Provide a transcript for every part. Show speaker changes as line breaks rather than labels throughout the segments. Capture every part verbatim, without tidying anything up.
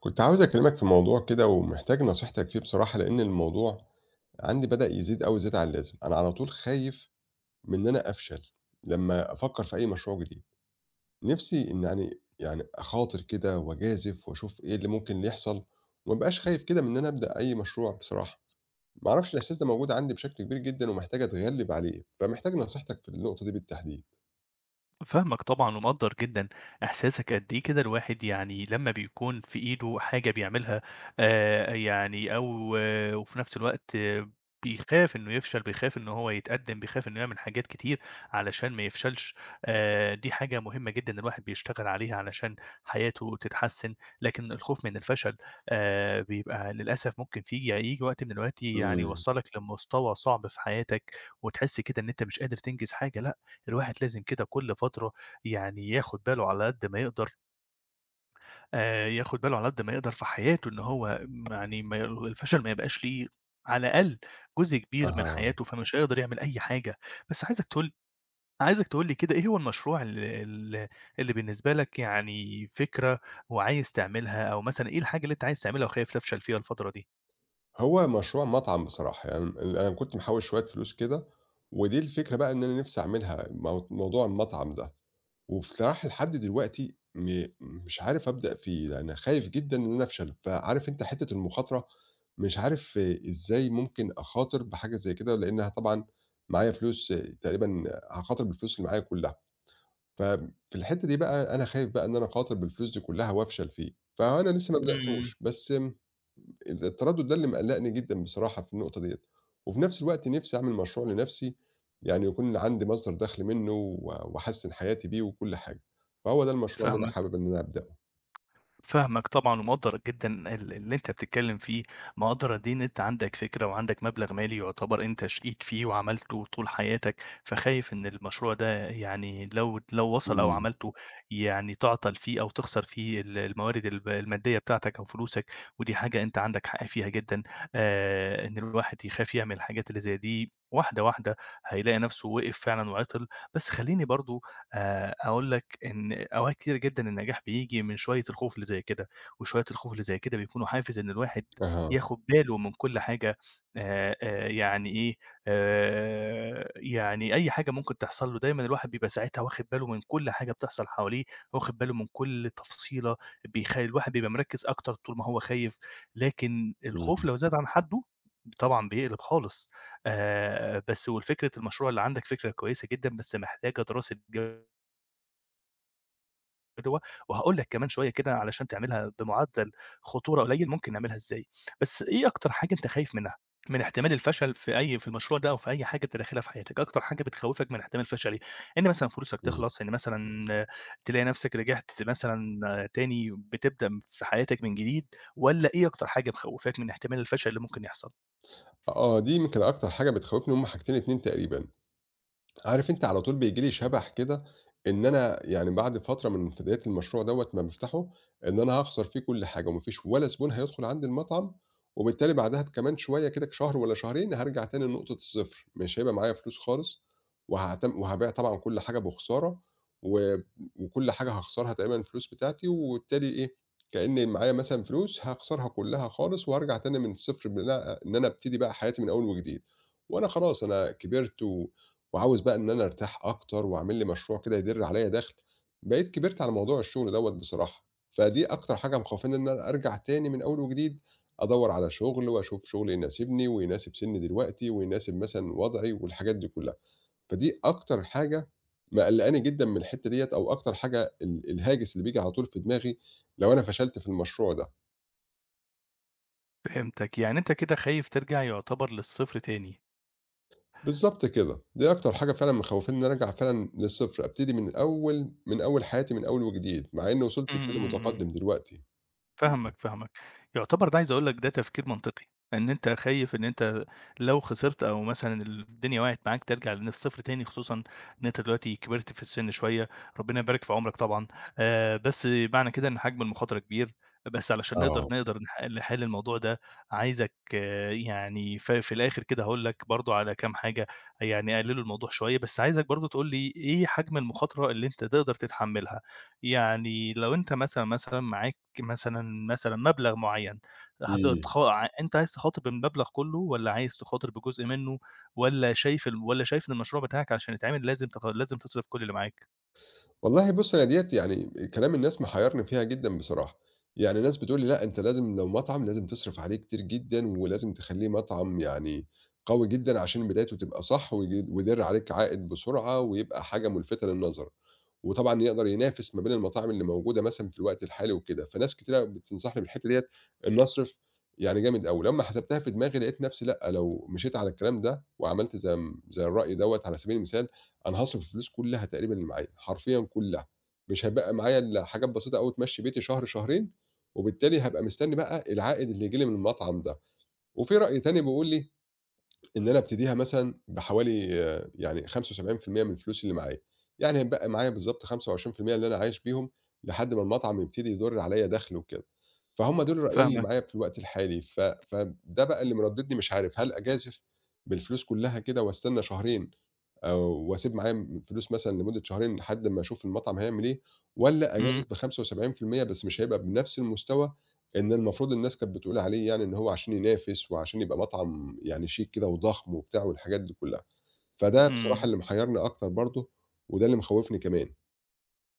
كنت عاوز أكلمك في موضوع كده ومحتاج نصيحتك فيه بصراحة، لأن الموضوع عندي بدأ يزيد أوي زيادة عن اللازم، أنا على طول خايف من إن أنا أفشل لمّا أفكر في أي مشروع جديد، نفسي إن يعني يعني أخاطر كده وأجازف وأشوف إيه اللي ممكن يحصل، وما أبقاش خايف كده من إن أنا أبدأ أي مشروع بصراحة، ما أعرفش الإحساس ده موجود عندي بشكل كبير جدًا ومحتاج أتغلب عليه، فمحتاج نصيحتك في النقطة دي بالتحديد.
فاهمك طبعًا ومقدّر جدًا إحساسك، قد إيه كده الواحد يعني لمّا بيكون في إيده حاجة بيعملها آآ يعني أو آه وفي نفس الوقت آه بيخاف إنه يفشل، بيخاف إن هو يتقدّم، بيخاف إنه يعمل حاجات كتير علشان ما يفشلش. آآ دي حاجة مهمة جدًا الواحد بيشتغل عليها علشان حياته تتحسّن، لكن الخوف من الفشل آآ بيبقى للأسف، ممكن في ييجي وقت من الأوقات يعني
إمم.
يوصّلك لمستوى صعب في حياتك وتحس كده إن أنت مش قادر تنجز حاجة. لا، الواحد لازم كده كل فترة يعني ياخد باله على قد ما يقدر، آآ، ياخد باله على قد ما يقدر في حياته إن هو م يعني ما ي الفشل ما يبقاش ليه على الأقل جزء كبير من
أها.
حياته، فمش هيقدر يعمل أي حاجة. بس عايزك تقول عايزك تقول لي كده إيه هو المشروع ال ال اللي بالنسبة لك يعني فكرة وعايز تعملها، أو مثلًا إيه الحاجة اللي أنت عايز تعملها وخايف تفشل فيها الفترة دي؟
هو مشروع مطعم بصراحة، يعني أنا كنت محوّش شوية فلوس كده، ودي الفكرة بقى إن أنا نِفْسي أعملها مو موضوع المطعم ده، وبصراحة لحد دلوقتي م مش عارف أبدأ فيه، لإن خايف جدًا إن أنا أفشل، فعارف أنت حتّة المخاطرة، مش عارف إزاي ممكن أخاطر بحاجة زي كده، لإنّها طبعًا معايا فلوس تقريبًا هاخاطر بالفلوس اللي معايا كلّها، ففي الحتّة دي بقى أنا خايف بقى إن أنا أخاطر بالفلوس دي كلّها وأفشل فيه، فأنا لسه ما
إمم،
بدأتوش، بس التردُّد ده اللي مقلّقني جدًا بصراحة في النقطة ديّة، وفي نفس الوقت نِفْسي أعمل مشروع لنَفْسي، يعني يكون عندي مصدر دَخْل منّه و وأحسِّن حياتي بيه وكل حاجة، فهو ده المشروع اللي أنا
فاهمك.
حابب إن أنا أبدأه.
فاهمك طبعًا ومقدّر جدًا ال اللي أنت بتتكلّم فيه، مقدّر قد إيه إن أنت عندك فكرة وعندك مبلغ مالي يعتبر أنت شقيت فيه وعملته طول حياتك، فخايف إن المشروع ده يعني لو لو وصل أو
إمم.
عملته يعني تعطل فيه أو تخسر فيه ال الموارد الب المادية بتاعتك أو فلوسك. ودي حاجة أنت عندك حق فيها جدًا. آآ إن الواحد يخاف يعمل الحاجات اللي زي دي، واحدة، واحدة هيلاقي نَفْسه وقف فعلًا وعطل. بس خلّيني برضه آآ أقول لك إن أوقات كتيرة جدًا النجاح بييجي من شوية الخوف اللي زي كده، وشوية الخوف اللي زي كده بيكونوا حافز إن الواحد
أها.
ياخد باله من كل حاجة. آآ، آآ، يعني إيه، آآ، يعني أي حاجة ممكن تحصل له دايمًا الواحد بيبقى ساعتها واخد باله من كل حاجة بتحصل حواليه، واخد باله من كل تفصيلة. بيخ الواحد بيبقى مركّز أكتر طول ما هو خايف، لكن الخوف
إمم،
لو زاد عن حده طبعًا بيقلب خالص. آآ، بس والفكرة المشروع اللي عندك فكرة كويسة جدًا، بس محتاجة دراسة جو جوّه، وهاقول لك كمان شوية كده علشان تعملها بمُعدّل خطورة قليّل ممكن نعملها إزاي. بس إيه أكتر حاجة أنت خايف منها، من احتمال الفشل في أي في المشروع ده أو في أي حاجة أنت داخلها في حياتك؟ أكتر حاجة بتخوّفك من احتمال الفشل إيه؟ إن مثلًا فلوسك
إمم.
تخلص، إن مثلًا آه، تلاقي نَفْسك رجعت مثلًا آه، تاني بتبدأ في حياتك من جديد، والّا إيه أكتر حاجة مخوّفاك من احتمال الفشل اللي ممكن يحصل؟
آه، دي يمكن أكتر حاجة بتخوّفني هُم حاجتين، اثنين تقريبًا. عارف أنت على طول بييجي لي شَبَح كده إن أنا يعني بعد فترة من بداية المشروع دوّة ما بافتحه، إن أنا هاخسر فيه كل حاجة وما فيش ولا زبون هيدخل عندي المطعم، وبالتالي بعدها بكمان شوية كده شهر والّا شهرين هارجع تاني لنقطة الصفر، مش هيبقى معايا فلوس خالص، وهاعتم وهابيع طبعًا كل حاجة بخسارة، و وكل حاجة هاخسرها تقريبًا الفلوس بتاعتي، وبالتالي إيه، كأن معايا مثلًا فلوس هاخسرها كلها خالص وهارجع تاني من الصفر بن إن أنا أبتدي بقى حياتي من أول وجديد، وأنا خلاص أنا كبرت و وعاوز بقى إن أنا أرتاح أكتر وأعمل لي مشروع كده يدِر عليّا دَخْل، بقيت كبرت على موضوع الشغل دوّة بصراحة، فدي أكتر حاجة مخوّفاني إن أنا أرجع تاني من أول وجديد أدوّر على شغل وأشوف شغل يناسبني ويناسب سِنّي دلوقتي ويناسب مثلًا وضعي والحاجات دي كُلّها، فدي أكتر حاجة مقلّقاني جدًا من الحتّة ديّة أو أكتر حاجة ال الهاجس اللي بييجي على طول في دماغي لو أنا فشلت في المشروع ده.
فهمتك، يعني أنت كده خايف ترجع يُعتبر للصفر تاني.
بالضبط كده، دي أكتر حاجة فعلًا مخوّفاني إن أنا أرجع فعلًا للصفر، أبتدي من أول من أول حياتي من أول وجديد، مع إني وصلت
إمم،
لسِن
إمم، إمم.
متقدم دلوقتي. إمم.
فاهمك، فاهمك. يعتبر ده عايز أقول لك ده تفكير منطقي، إن أنت خايف إن أنت لو خسرت أو مثلًا الدنيا وقعت معاك ترجع لن الصفر تاني، خصوصًا إن أنت دلوقتي كبرت في السن شوية، ربنا يبارك في عمرك طبعًا. آآ، بس معنى كده إن حجم المخاطرة كبير. بس علشان نقدر
آه،
نقدر نح نحل الموضوع ده، عايزك آه، يعني ف في الآخر كده هاقول لك برضه على كام حاجة يعني يقللوا الموضوع شوية. بس عايزك برضه تقول لي إيه حجم المخاطرة اللي أنت تقدر تتحملها؟ يعني لو أنت مثلًا، مثلًا معاك مثلًا، مثلًا مبلغ معيّن،
إمم.
هتتخ أنت عايز تخاطر بالمبلغ كلّه والّا عايز تخاطر بجزء منّه، والّا شايف ال والّا شايف إن المشروع بتاعك عشان يتعمل لازم تخ لازم تصرف كل اللي معاك؟
والله بُص، أنا ديّة يعني كلام الناس محيّرني فيها جدًا بصراحة، يعني ناس بتقول لي: "لأ، أنت لازم لو مطعم لازم تصرف عليه كتير جدًا، ولازم تخلّيه مطعم يعني قوي جدًا عشان بدايته تبقى صح وي ويدِر عليك عائد بسرعة ويبقى حاجة مُلفتة للنظر." وطبعًا يقدر ينافس ما بين المطاعم اللي موجودة مثلًا في الوقت الحالي وكده، فناس كتيرة أوي بتنصحني بالحتّة ديّة إن أصرف يعني جامد أوي، لمّا حسبتها في دماغي لقيت نفسي لأ، لو مشيت على الكلام ده وعملت زي م زي الرأي دوّة على سبيل المثال أنا هاصرف الفلوس كلّها تقريبًا اللي معايا، حرفيًا كلّها، مش هيبقى معايا إلا حاجات بسيطة أوي تمشّي بيتي شهر، شهرين، وبالتالي هابقى مستني بقى العائد اللي ييجي لي من المطعم ده. وفي رأي تاني بيقول لي إن أنا أبتديها مثلًا بحوالي آه، يعني خمسة وسبعين في المية من الفلوس اللي معايا، يعني هيتبقى معايا بالضبط خمسة وعشرين بالمية اللي أنا عايش بيهم لحد ما المطعم يبتدي يدُر عليّا دخل وكده. فهُم دول الرأيين اللي
فاهمك.
معايا في الوقت الحالي، ف فده بقى اللي مردّدني مش عارف هل أجازف بالفلوس كلّها كده واستنى شهرين آآ وأسيب معايا م فلوس مثلًا لمدة شهرين لحد أمّا أشوف المطعم هيعمل إيه، والّا
إمم،
أجازف بخمسة وسبعين في المية بس مش هيبقى بنفس المستوى إن المفروض الناس كانت بتقول عليه يعني إن هو عشان ينافس وعشان يبقى مطعم يعني شيك كده وضخم وبتاع والحاجات دي كلّها. فده بصراحة
إمم.
اللي محيّرني أكتر برضه وده اللي مخوّفني كمان.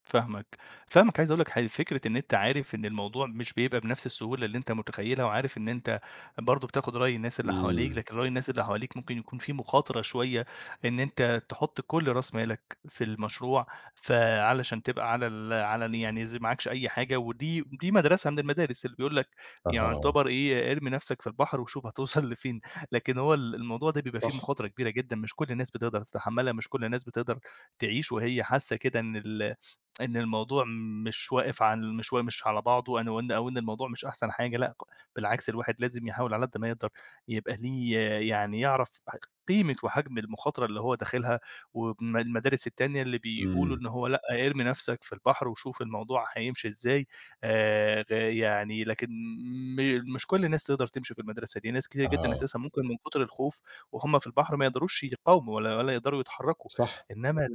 فاهمك، فاهمك، عايز اقول لك ح فكرة إن أنت عارف إن الموضوع مش بيبقى بنفس السهولة اللي أنت متخيلها، وعارف إن أنت برضه بتاخد رأي الناس اللي حواليك،
إمم،
لكن رأي الناس اللي حواليك ممكن يكون فيه مخاطرة شوية إن أنت تحط كل راس مالك في المشروع، فعلشان تبقى على ال على ال يعني ز معاكش أي حاجة. ودي دي مدرسة من المدارس اللي بيقول لك يعني
أها،
يعتبر إيه: ارمي نفسك في البحر وشوف هتوصل لفين. لكن هو ال الموضوع ده بيبقى فيه
صح،
مخاطرة كبيرة جدًا، مش كل الناس بتقدر تتحملها، مش كل الناس بتقدر تعيش وهي حاسة كده إن ال إن الموضوع مش واقف عن مش وا مش على بعضه أنا، وإن أو إن الموضوع مش أحسن حاجة. لأ، بالعكس الواحد لازم يحاول على قد ما يقدر يبقى ليه آه، يعني يعرف ح قيمة وحجم المخاطرة اللي هو داخلها. وم المدارس التانية اللي بيقولوا
إمم،
إن هو لأ ارمي نفْسك في البحر وشوف الموضوع هيمشي إزاي، آآ غ يعني لكن م مش كل الناس تقدر تمشي في المدرسة دي، ناس كتير جدًا
أها،
أساسًا ممكن من كتر الخوف وهُم في البحر ما يقدروش يقاوموا ولا ولا يقدروا يتحركوا.
صح،
إنما،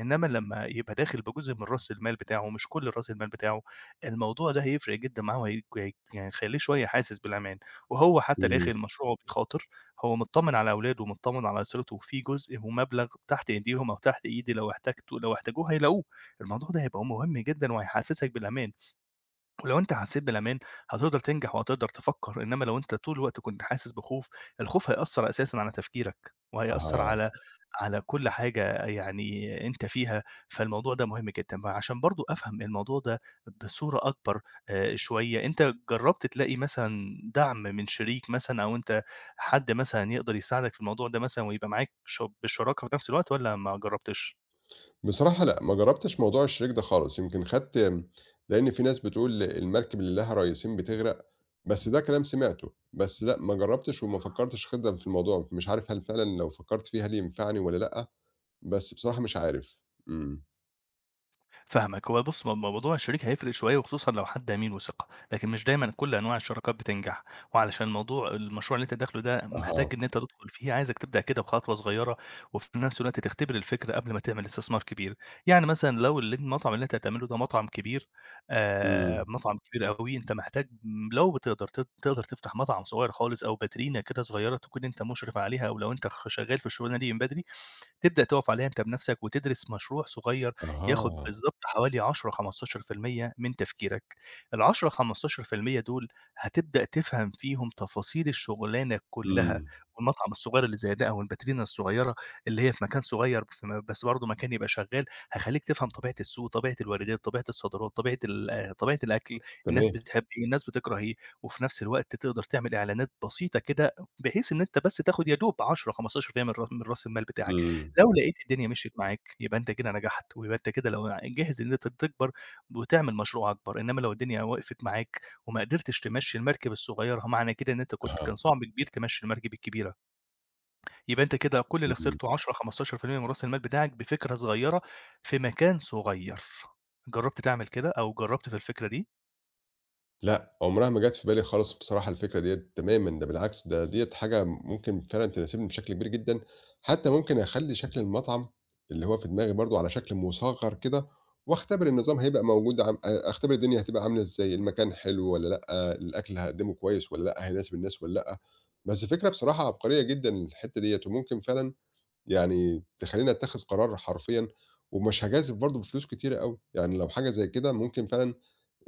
إنما لمّا يبقى داخل بجزء من راس المال بتاعه، مش كل راس المال بتاعه، الموضوع ده هيفرق جدًا معاه وهيج هيج يعني هيخلّيه شوية حاسس بالأمان، وهو حتى
إمم،
داخل مشروعه بيخاطر، هو متطمن على أولاده ومتطمن على أسرته، في جزء ومبلغ تحت إيديهم أو تحت إيدي، لو احتجته لو احتاجوه هيلاقوه. الموضوع ده هيبقى مهم جدًا وهيحسّسك بالأمان. ولو أنت حسّيت بالأمان، هتقدر تنجح وهتقدر تفكّر، إنّما لو أنت طول الوقت كنت حاسس بخوف، الخوف هيأثّر أساسًا على تفكيرك وهيأثّر
أها.
على على كل حاجة يعني أنت فيها. فالموضوع ده مهم جدًا. فعشان برضه أفهم الموضوع ده بصورة أكبر آآ شوية، أنت جرّبت تلاقي مثلًا دعم من شريك مثلًا، أو أنت حد مثلًا يقدر يساعدك في الموضوع ده مثلًا ويبقى معاك ش بالشراكة في نفس الوقت والّا ما جرّبتش؟
بصراحة لأ، ما جرّبتش موضوع الشريك ده خالص، يمكن خدت آمم، لإن في ناس بتقول المركب اللي لها ريّسين بتغرق، بس ده كلام سمعته، بس لأ، ما جرّبتش وما فكّرتش خِدًا في الموضوع، مش عارف هل فعلًا لو فكّرت فيه هل ينفعني والّا لأ، بس بصراحة مش عارف. إمم،
فاهمك. هو بص مو- موضوع الشريك هيفرق شويه، وخصوصا لو حد امين وثقه، لكن مش دايما كل انواع الشراكات بتنجح. وعلشان موضوع المشروع اللي انت داخله ده محتاج
أها،
ان انت تدخل فيه، عايزك تبدا كده بخطوه صغيره وفي نفس الوقت تختبر الفكره قبل ما تعمل استثمار كبير. يعني مثلا لو ال- المطعم اللي انت هتعمله ده مطعم كبير، آه
إمم،
مطعم كبير قوي، انت محتاج لو بتقدر تت- تقدر تفتح مطعم صغير خالص او باترينا كده صغيره تكون انت مشرف عليها، او لو انت شغال في الشغلانه دي من بدري، تبدأ تُقف عليها أنت بنَفْسك وتدرس مشروع صغير ياخُد
أها،
بالضبط حوالي عشرة، خمستاشر في المية من تفكيرك. ال10، خمستاشر في المية دُول هتبدأ تفهم فيهم تفاصيل الشُغلانة كُلّها،
إمم،
والمطعم الصغير اللي زي ده أو الباترينا الصغيرة اللي هي في مكان صغير في م بس برضه مكان يبقى شغّال، هيخلّيك تفهم طبيعة السوق، طبيعة الواردات، طبيعة الصادرات، طبيعة ال آه، طبيعة الأكل، الناس
تمام،
بتحب إيه، الناس بتكره إيه. وفي نَفْس الوقت تقدر تعمل إعلانات بسيطة كده بحيث إن أنت بس تاخُد يا دوب عشرة، خمستاشر في المية من ر من رأس المال بتاعك.
إمم،
لو لقيت الدنيا مشيت معاك، يبقى أنت كده نجحت، ويبقى أنت كده لو جاهز إن أنت تكبر وتعمل مشروع أكبر. إنما لو الدنيا وقفت معاك وما قدرتش تمشّي المركب الصغيرة، معنى كده إن أنت كنت كان
أها،
صعب كبير تمشّي المركب الكبيرة، يبقى أنت كده كل اللي
إمم.
خسرته عشرة، خمسة عشر بالمئة من راس المال بتاعك بفكرة صغيرة في مكان صغير. جرّبت تعمل كده أو جرّبت في الفكرة دي؟
لأ، عمرها ما جات في بالي خالص بصراحة الفكرة ديّة تمامًا، ده بالعكس ده ديّة حاجة ممكن فعلًا تناسبني بشكل كبير جدًا، حتى ممكن أخلّي شكل المطعم اللي هو في دماغي برضه على شكل مُصغّر كده، واختبر النظام هيبقى موجود عم أ أختبر الدنيا هتبقى عاملة إزاي، المكان حلو والّا لأ، الأكل هاقدّمه كويس والّا لأ، هيناسب الناس والّا لأ، بس فكرة بصراحة عبقرية جدًا الحتّة ديّة، وممكن فعلًا يعني تخلّيني أتّخذ قرار حرفيًا، ومش هاجازف برضه بفلوس كتيرة أوي، يعني لو حاجة زي كده ممكن فعلًا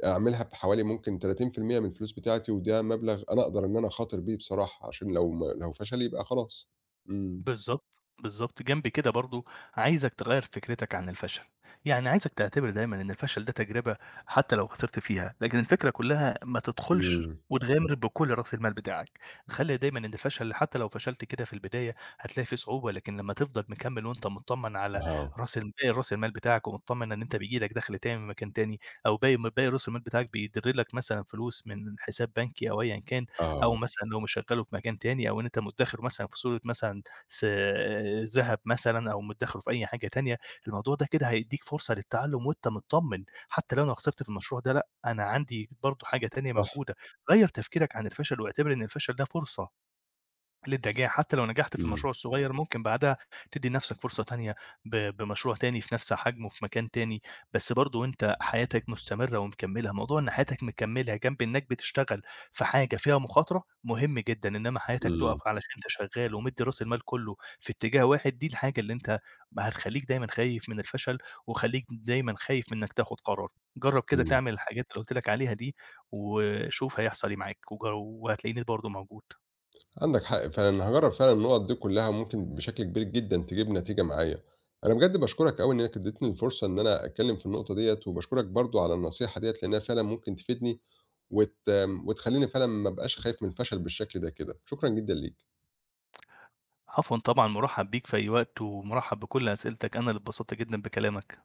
أعملها بحوالي ممكن تلاتين بالمية من الفلوس بتاعتي، وده مبلغ أنا أقدر إن أنا أخاطر بيه بصراحة، عشان لو ما لو فشل يبقى خلاص. إمم.
بالضبط، بالضبط. جنب كده برضه عايزك تغيّر فكرتك عن الفشل، يعني عايزك تعتبر دايمًا إن الفشل ده تجربة حتى لو خسرت فيها، لكن الفكرة كلّها ما تدخُلش
إمم.
وتغامر بكل رأس المال بتاعك. خلّي دايمًا إن الفشل حتى لو فشلت كده في البداية هتلاقي في صعوبة، لكن لمّا تفضل مكمّل وأنت متطمّن على
آه،
رأس ال باقي رأس المال بتاعك، ومتطمّن إن أنت بييجي لك دخْل تاني من مكان تاني، أو باقي م باقي رأس المال بتاعك بيدِر لك مثلًا فلوس من حساب بنكي أو أيًا كان، أو
آه،
مثلًا لو مشغّله في مكان تاني، أو إن أنت مدّخر مثلًا في صورة مثلًا س ذهب مثلًا أو مدّخره في أي حاجة تانية. الموضوع ده كده هيدّيك فرصة للتعلُّم وأنت متطمّن، حتى لو أنا خسرت في المشروع ده لأ، أنا عندي برضه حاجة تانية
صح،
موجودة. غيّر تفكيرك عن الفشل واعتبر إن الفشل ده فرصة للنجاح. حتى لو نجحت في
إمم،
المشروع الصغير ممكن بعدها تدّي لنفْسك فرصة تانية ب بمشروع تاني في نفْس حجمه في مكان تاني، بس برضه أنت حياتك مستمرة ومكمّلة. موضوع إن حياتك مكمّلة جنب إنك بتشتغل في حاجة فيها مخاطرة مهم جدًا، إنما حياتك
إمم،
تُقف علشان أنت شغّال ومدّي راس المال كلّه في اتجاه واحد، دي الحاجة اللي أنت هتخلّيك دايمًا خايف من الفشل وخلّيك دايمًا خايف من إنك تاخد قرار. جرّب كده
إمم.
تعمل الحاجات اللي قُلت لك عليها دي وشوف هيحصل إيه معاك، وج وهتلاقيني برضه موجود.
عندك حق فعلًا، هاجرّب فعلًا النُقط دي كلّها ممكن بشكل كبير جدًا تجيب نتيجة معايا. أنا بجد باشكرك أوي إنّك ادّيتني الفرصة إن أنا أتكلّم في النقطة ديّة، وباشكرك برضه على النصيحة ديّة لإنّها فعلًا ممكن تفيدني وت وتخلّيني فعلًا ما ابقاش خايف من الفشل بالشكل ده كده. شكرًا جدًا ليك.
عفوا طبعا، مرحب بيك في أي وقت ومرحب بكل أسئلتك، أنا اللي اتبسطت جدا بكلامك.